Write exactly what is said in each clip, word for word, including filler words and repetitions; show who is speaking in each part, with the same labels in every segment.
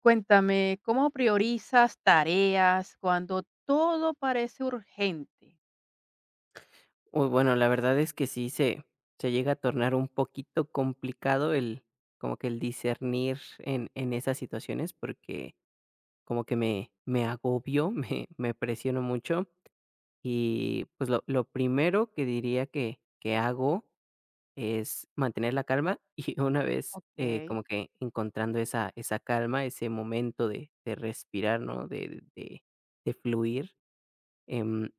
Speaker 1: Cuéntame, ¿cómo priorizas tareas cuando todo parece urgente?
Speaker 2: Uy, bueno, la verdad es que sí se se llega a tornar un poquito complicado el como que el discernir en en esas situaciones, porque como que me me agobio, me me presiono mucho. Y, pues, lo lo primero que diría que que hago es mantener la calma, y una vez, eh, como
Speaker 1: Ok,
Speaker 2: que encontrando esa esa calma, ese momento de de respirar, ¿no? De de de fluir. Em,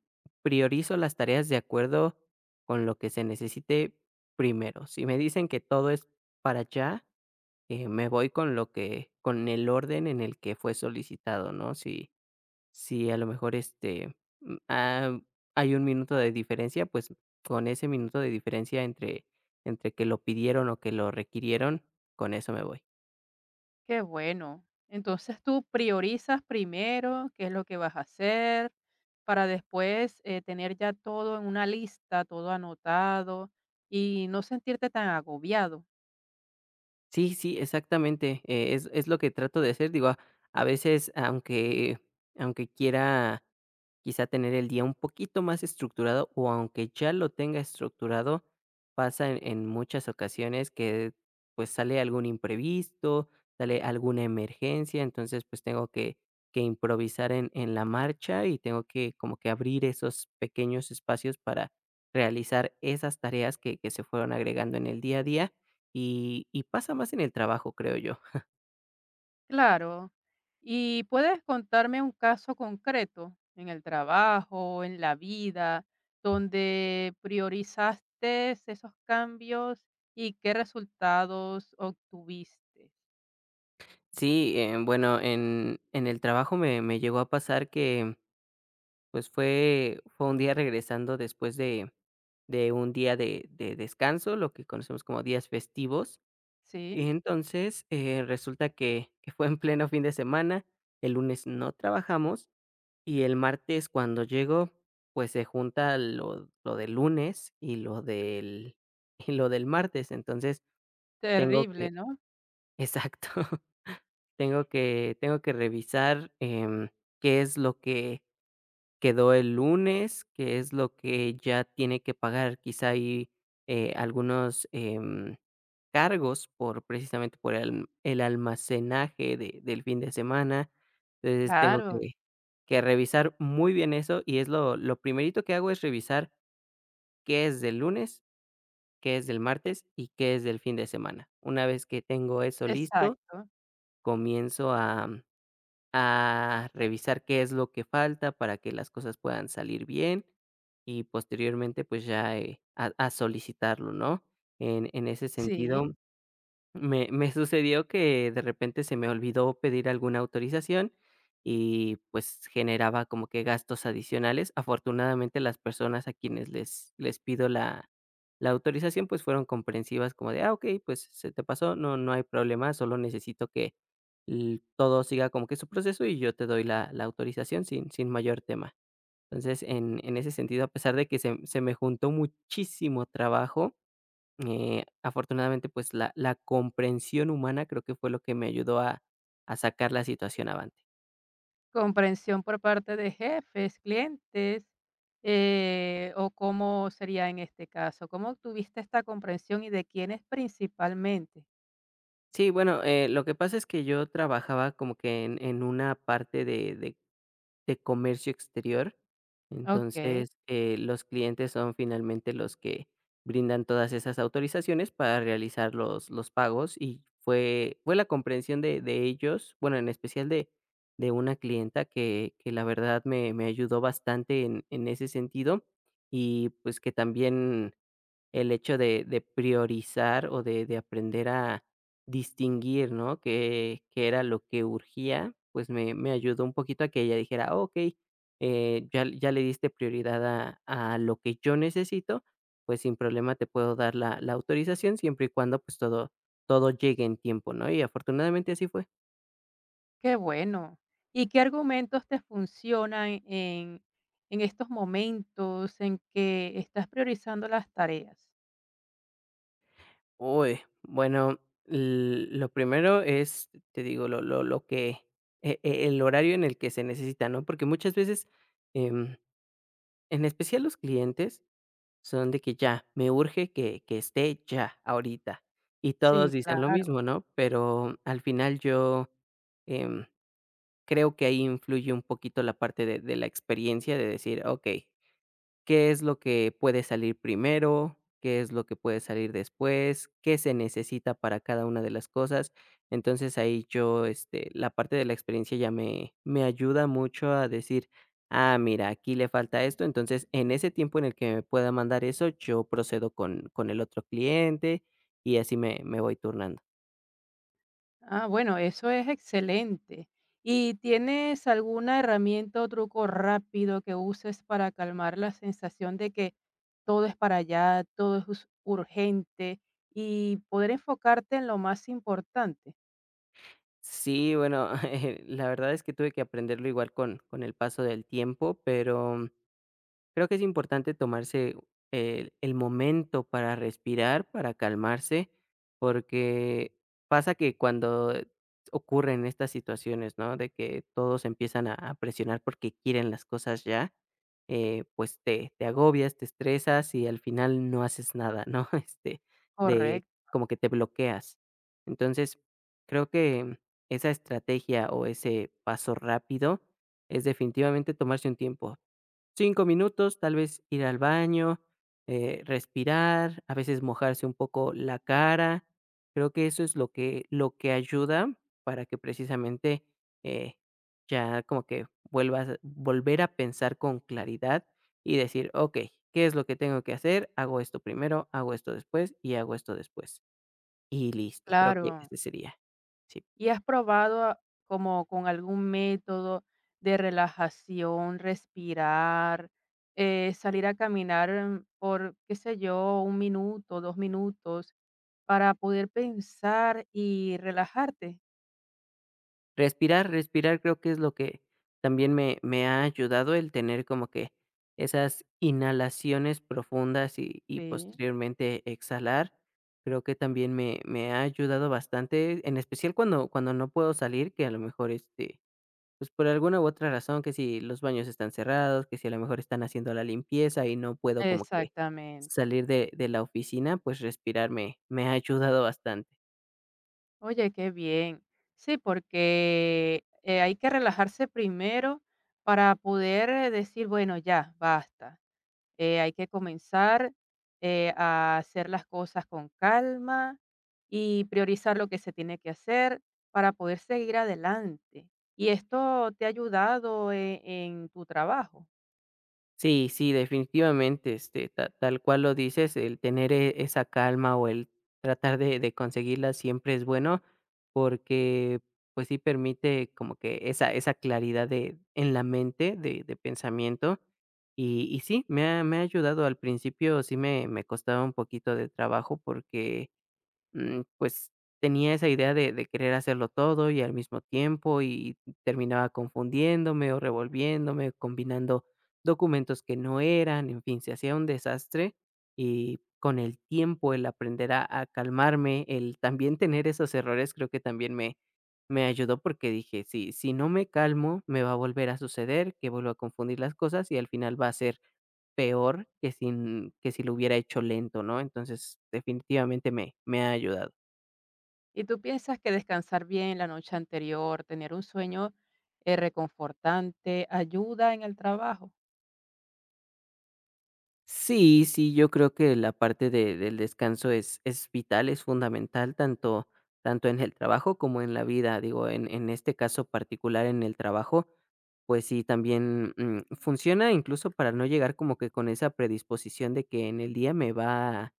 Speaker 2: Priorizo las tareas de acuerdo con lo que se necesite primero. Si me dicen que todo es para allá, eh, me voy con lo que, con el orden en el que fue solicitado, ¿no? Si, si a lo mejor este mm, ah, hay un minuto de diferencia, pues con ese minuto de diferencia entre, entre que lo pidieron o que lo requirieron, con eso me voy.
Speaker 1: qué bueno. Entonces tú priorizas primero qué es lo que vas a hacer para después eh, tener ya todo en una lista, todo anotado y no sentirte tan agobiado.
Speaker 2: Sí, sí, exactamente. eh, es, es lo que trato de hacer. Digo, a a veces, aunque, aunque quiera quizá tener el día un poquito más estructurado o aunque ya lo tenga estructurado, pasa en, en muchas ocasiones que pues sale algún imprevisto, sale alguna emergencia, entonces pues tengo que, que improvisar en, en la marcha y tengo que como que abrir esos pequeños espacios para realizar esas tareas que, que se fueron agregando en el día a día y, y pasa más en el trabajo, creo yo.
Speaker 1: Claro. ¿Y puedes contarme un caso concreto en el trabajo, en la vida, donde priorizaste esos cambios y qué resultados obtuviste?
Speaker 2: Sí, eh, bueno, en, en el trabajo me, me llegó a pasar que pues fue fue un día regresando después de de un día de de descanso, lo que conocemos como días festivos. Y
Speaker 1: Sí,
Speaker 2: entonces, eh, resulta que que fue en pleno fin de semana, el lunes no trabajamos y el martes cuando llego, pues se junta lo lo del lunes y lo del y lo del martes. Entonces, tengo que
Speaker 1: terrible, ¿no?
Speaker 2: exacto, tengo que tengo que revisar, em, qué es lo que quedó el lunes, que es lo que ya tiene que pagar, quizá hay eh, algunos, em, cargos por precisamente por el el almacenaje de del fin de semana. Entonces, tengo
Speaker 1: Claro,
Speaker 2: que que revisar muy bien eso, y es lo lo primerito que hago es revisar qué es del lunes, qué es del martes y qué es del fin de semana. Una vez que tengo eso listo,
Speaker 1: exacto.
Speaker 2: comienzo a a revisar qué es lo que falta para que las cosas puedan salir bien y posteriormente, pues, ya, eh, a a solicitarlo, ¿no? En en ese
Speaker 1: Sí,
Speaker 2: sentido me me sucedió que de repente se me olvidó pedir alguna autorización y, pues, generaba como que gastos adicionales. Afortunadamente, las personas a quienes les les pido la la autorización, pues, fueron comprensivas como de: "Ah, ok pues, se te pasó, no no hay problema, solo necesito que l todo siga como que su proceso y yo te doy la la autorización sin sin mayor tema". Entonces, en en ese sentido, a pesar de que se se me juntó muchísimo trabajo, eh, afortunadamente, pues, la la comprensión humana creo que fue lo que me ayudó a a sacar la situación avante.
Speaker 1: comprensión por parte de jefes, clientes, eh, o cómo sería en este caso, ¿cómo obtuviste esta comprensión y de quiénes principalmente?
Speaker 2: Sí, bueno, eh, lo que pasa es que yo trabajaba como que en en una parte de de de comercio exterior.
Speaker 1: Ok.
Speaker 2: Entonces, eh, los clientes son finalmente los que brindan todas esas autorizaciones para realizar los, los pagos y fue, fue la comprensión de, de ellos, bueno, en especial de, de una clienta que, que la verdad me, me ayudó bastante en, en ese sentido y pues que también el hecho de de priorizar o de de aprender a distinguir, ¿no? Qué qué era lo que urgía, pues me me ayudó un poquito a que ella dijera: "Okey, eh, ya ya le diste prioridad a a lo que yo necesito, pues sin problema te puedo dar la la autorización siempre y cuando, pues, todo todo llegue en tiempo", ¿no? Y afortunadamente así fue.
Speaker 1: Qué bueno. ¿Y qué argumentos te funcionan en, en estos momentos en que estás priorizando las tareas?
Speaker 2: Uy, bueno, l lo primero es, te digo, lo lo lo que e e el horario en el que se necesita, ¿no? Porque muchas veces, em en especial los clientes son de que ya, me urge que que esté ya, ahorita. Y todos
Speaker 1: Sí,
Speaker 2: dicen lo
Speaker 1: claro.
Speaker 2: mismo, ¿no? Pero al final yo, em, creo que ahí influye un poquito la parte de de la experiencia de decir: "Okey, qué es lo que puede salir primero, qué es lo que puede salir después, qué se necesita para cada una de las cosas. Entonces ahí yo, este, la parte de la experiencia ya me, me ayuda mucho a decir, ah, mira, aquí le falta esto. Entonces, en ese tiempo en el que me pueda mandar eso, yo procedo con, con el otro cliente y así me, me voy turnando.
Speaker 1: Ah, bueno, eso es excelente. ¿Y tienes alguna herramienta o truco rápido que uses para calmar la sensación de que todo es para allá, todo es us- urgente y poder enfocarte en lo más importante?
Speaker 2: Sí, bueno, la verdad es que tuve que aprenderlo igual con, con el paso del tiempo, pero creo que es importante tomarse el, el momento para respirar, para calmarse, porque pasa que cuando ocurren estas situaciones, ¿no? De que todos empiezan a, a presionar porque quieren las cosas ya, eh, pues te, te agobias, te estresas y al final no haces nada, ¿no? Este, de
Speaker 1: Correcto,
Speaker 2: como que te bloqueas. Entonces, creo que esa estrategia o ese paso rápido es definitivamente tomarse un tiempo, cinco minutos, tal vez ir al baño, eh, respirar, a veces mojarse un poco la cara. Creo que eso es lo que lo que ayuda para que precisamente, eh, ya como que vuelvas volver a pensar con claridad y decir: "Okey, ¿qué es lo que tengo que hacer? Hago esto primero, hago esto después y hago esto después". Y listo, creo que
Speaker 1: claro.
Speaker 2: ese sería. Sí.
Speaker 1: ¿Y has probado a- como con algún método de relajación, respirar, eh, salir a caminar mm, por, qué sé yo, un minuto, dos minutos, para poder pensar y relajarte?
Speaker 2: Respirar, respirar creo que es lo que también me me ha ayudado el tener como que esas inhalaciones profundas y y
Speaker 1: Sí,
Speaker 2: posteriormente exhalar. Creo que también me me ha ayudado bastante, en especial cuando cuando no puedo salir, que a lo mejor, este, pues, por alguna u otra razón, que si los baños están cerrados, que si a lo mejor están haciendo la limpieza y no puedo como que
Speaker 1: exactamente.
Speaker 2: salir de de la oficina, pues respirar me me ha ayudado bastante.
Speaker 1: Oye, qué bien. Sí, porque eh, hay que relajarse primero para poder, eh, decir, bueno, ya, basta. Eh, hay que comenzar, eh, a hacer las cosas con calma y priorizar lo que se tiene que hacer para poder seguir adelante. ¿Y esto te ha ayudado e- en tu trabajo?
Speaker 2: Sí, sí, definitivamente, este, ta tal cual lo dices, el tener, eh, esa calma o el tratar de de conseguirla siempre es bueno, porque, pues sí permite como que esa esa claridad de en la mente de de pensamiento. Y y sí, me ha me ha ayudado. Al principio sí me me costaba un poquito de trabajo porque, mm, pues tenía esa idea de, de querer hacerlo todo y al mismo tiempo y terminaba confundiéndome o revolviéndome, combinando documentos que no eran, en fin, se hacía un desastre y con el tiempo el aprender a, a calmarme, el también tener esos errores, creo que también me, me ayudó porque dije, si, si no me calmo, me va a volver a suceder, que vuelvo a confundir las cosas y al final va a ser peor que, sin, que si lo hubiera hecho lento, ¿no? Entonces, definitivamente me, me ha ayudado.
Speaker 1: ¿Y tú piensas que descansar bien la noche anterior, tener un sueño, eh, reconfortante, ayuda en el trabajo?
Speaker 2: Sí, sí, yo creo que la parte de del descanso es es vital, es fundamental, tanto tanto en el trabajo como en la vida. Digo, en en este caso particular, en el trabajo, pues sí, también, mm, funciona incluso para no llegar como que con esa predisposición de que en el día me va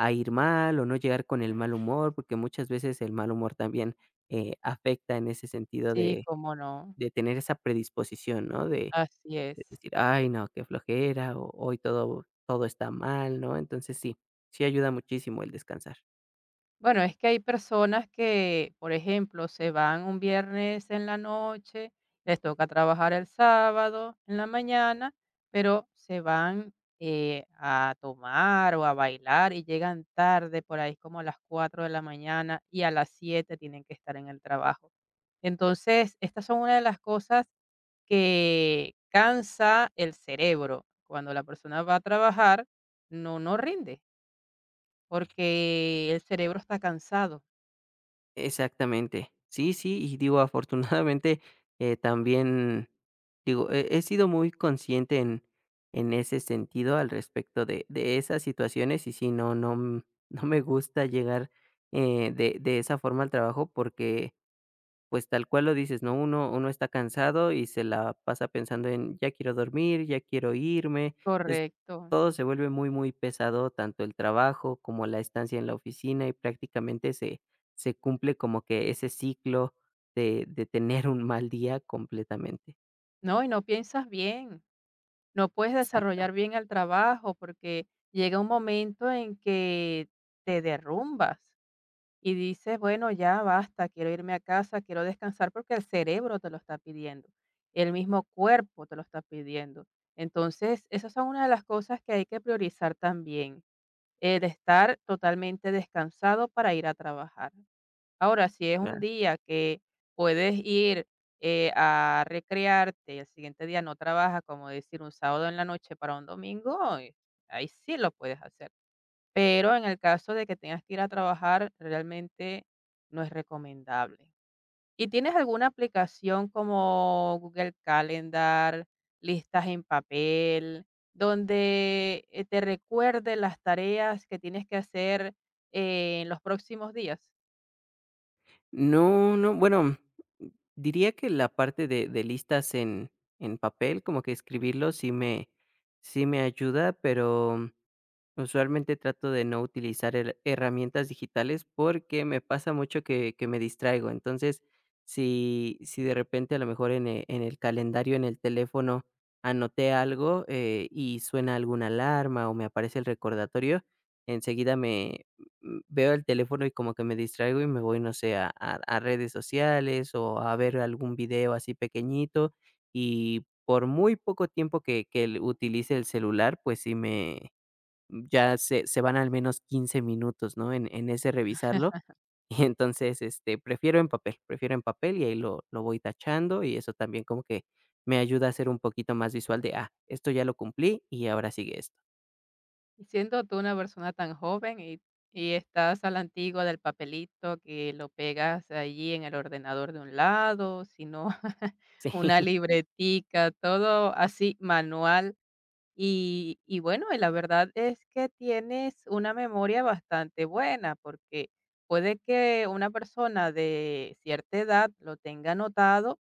Speaker 2: a ir mal, o no llegar con el mal humor, porque muchas veces el mal humor también, eh, afecta en ese sentido
Speaker 1: Sí,
Speaker 2: de
Speaker 1: cómo no.
Speaker 2: de tener esa predisposición, ¿no? De
Speaker 1: Así es.
Speaker 2: es decir, ay, no, qué flojera, o hoy todo todo está mal, ¿no? Entonces sí, sí ayuda muchísimo el descansar.
Speaker 1: Bueno, es que hay personas que, por ejemplo, se van un viernes en la noche, les toca trabajar el sábado en la mañana, pero se van, eh, a tomar o a bailar y llegan tarde, por ahí como a las cuatro de la mañana y a las siete tienen que estar en el trabajo. Entonces, estas son una de las cosas que cansa el cerebro. Cuando la persona va a trabajar, no, no rinde, porque el cerebro está cansado.
Speaker 2: Exactamente. Sí, sí, y digo, afortunadamente, eh, también, digo, he he sido muy consciente en en ese sentido al respecto de de esas situaciones, y sí, no no, mm, no me gusta llegar, eh, de de esa forma al trabajo porque pues, tal cual lo dices, ¿no? Uno uno está cansado y se la pasa pensando en: "Ya quiero dormir, ya quiero irme". Entonces,
Speaker 1: Correcto.
Speaker 2: todo se vuelve muy, muy pesado, tanto el trabajo como la estancia en la oficina, y prácticamente se se cumple como que ese ciclo de de tener un mal día completamente.
Speaker 1: No, y no piensas bien, no puedes
Speaker 2: Exacto,
Speaker 1: desarrollar bien el trabajo porque llega un momento en que te derrumbas y dices, bueno, ya basta, quiero irme a casa, quiero descansar porque el cerebro te lo está pidiendo, el mismo cuerpo te lo está pidiendo. Entonces, esas son una de las cosas que hay que priorizar también, el estar totalmente descansado para ir a trabajar. Ahora, si es un
Speaker 2: claro.
Speaker 1: día que puedes ir, eh, a recrearte y el siguiente día no trabajas, como decir, un sábado en la noche para un domingo, eh, ahí sí lo puedes hacer. Pero en el caso de que tengas que ir a trabajar, realmente no es recomendable. ¿Y tienes alguna aplicación como Google Calendar, listas en papel, donde, eh, te recuerde las tareas que tienes que hacer eh, en los próximos días?
Speaker 2: No, no, bueno, diría que la parte de de listas en en papel, como que escribirlo sí me sí me ayuda, pero usualmente trato de no utilizar her- herramientas digitales porque me pasa mucho que, que me distraigo. Entonces, si, si de repente a lo mejor en e- en el, calendario, en el teléfono, anoté algo eh, y suena alguna alarma o me aparece el recordatorio, enseguida me m- veo el teléfono y como que me distraigo y me voy, no sé, a, a a redes sociales o a ver algún video así pequeñito. Y por muy poco tiempo que, que el- utilice el celular, pues sí me ya se se van al menos quince minutos, ¿no? En en ese revisarlo. Y entonces, este, prefiero en papel, prefiero en papel y ahí lo lo voy tachando y eso también como que me ayuda a ser un poquito más visual de, ah, esto ya lo cumplí y ahora sigue esto.
Speaker 1: Y siendo tú una persona tan joven y, y estás a la antigua del papelito que lo pegas allí en el ordenador de un lado, sino una
Speaker 2: Sí,
Speaker 1: libretica, todo así manual. Y, y bueno, y la verdad es que tienes una memoria bastante buena porque puede que una persona de cierta edad lo tenga anotado,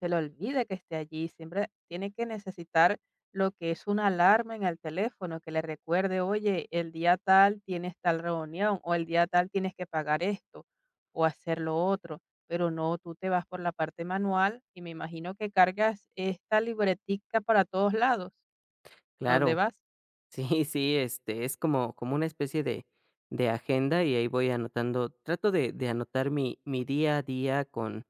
Speaker 1: se le olvide que esté allí, siempre tiene que necesitar lo que es una alarma en el teléfono que le recuerde, oye, el día tal tienes tal reunión o el día tal tienes que pagar esto o hacer lo otro, pero no, tú te vas por la parte manual y me imagino que cargas esta libretica para todos lados. ¿A ¿Dónde
Speaker 2: claro.
Speaker 1: vas?
Speaker 2: Sí, sí, este, es como como una especie de de agenda y ahí voy anotando, trato de de anotar mi mi día a día con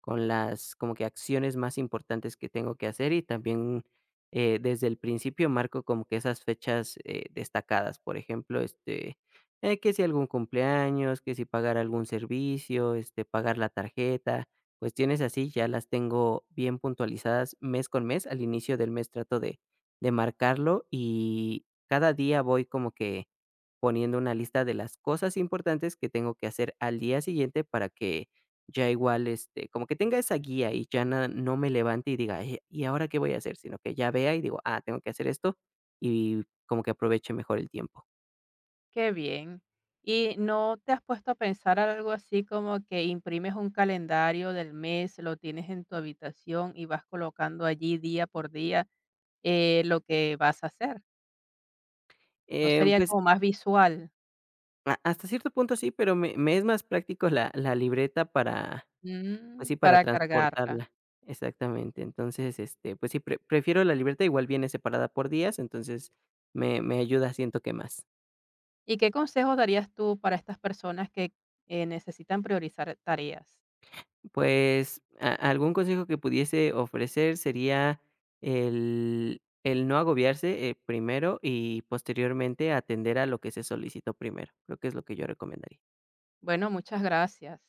Speaker 2: con las como que acciones más importantes que tengo que hacer y también, eh, desde el principio marco como que esas fechas, eh, destacadas, por ejemplo, este, eh, que si algún cumpleaños, que si pagar algún servicio, este, pagar la tarjeta, cuestiones así, ya las tengo bien puntualizadas mes con mes, al inicio del mes trato de de marcarlo y cada día voy como que poniendo una lista de las cosas importantes que tengo que hacer al día siguiente para que ya igual, este, como que tenga esa guía y ya na- no me levante y diga, "Eh, ¿y ahora qué voy a hacer? Sino que ya vea y digo, ah, tengo que hacer esto y como que aproveche mejor el tiempo.
Speaker 1: Qué bien. ¿Y no te has puesto a pensar algo así como que imprimes un calendario del mes, lo tienes en tu habitación y vas colocando allí día por día? Eh, lo que vas a hacer, ¿no
Speaker 2: Eh,
Speaker 1: sería
Speaker 2: pues
Speaker 1: como más visual?
Speaker 2: a- hasta cierto punto sí, pero me, me es más práctico la, la libreta para, pues
Speaker 1: Mm,
Speaker 2: sí, para
Speaker 1: para cargarla.
Speaker 2: transportarla. Exactamente. Entonces, este, pues sí, pre- prefiero la libreta, igual viene separada por días, entonces me, me ayuda, siento que más.
Speaker 1: ¿Y qué consejos darías tú para estas personas que, eh, necesitan priorizar tareas?
Speaker 2: Pues, a algún consejo que pudiese ofrecer sería el el no agobiarse, eh, primero, y posteriormente atender a lo que se solicitó primero. Creo que es lo que yo recomendaría.
Speaker 1: Bueno, muchas gracias.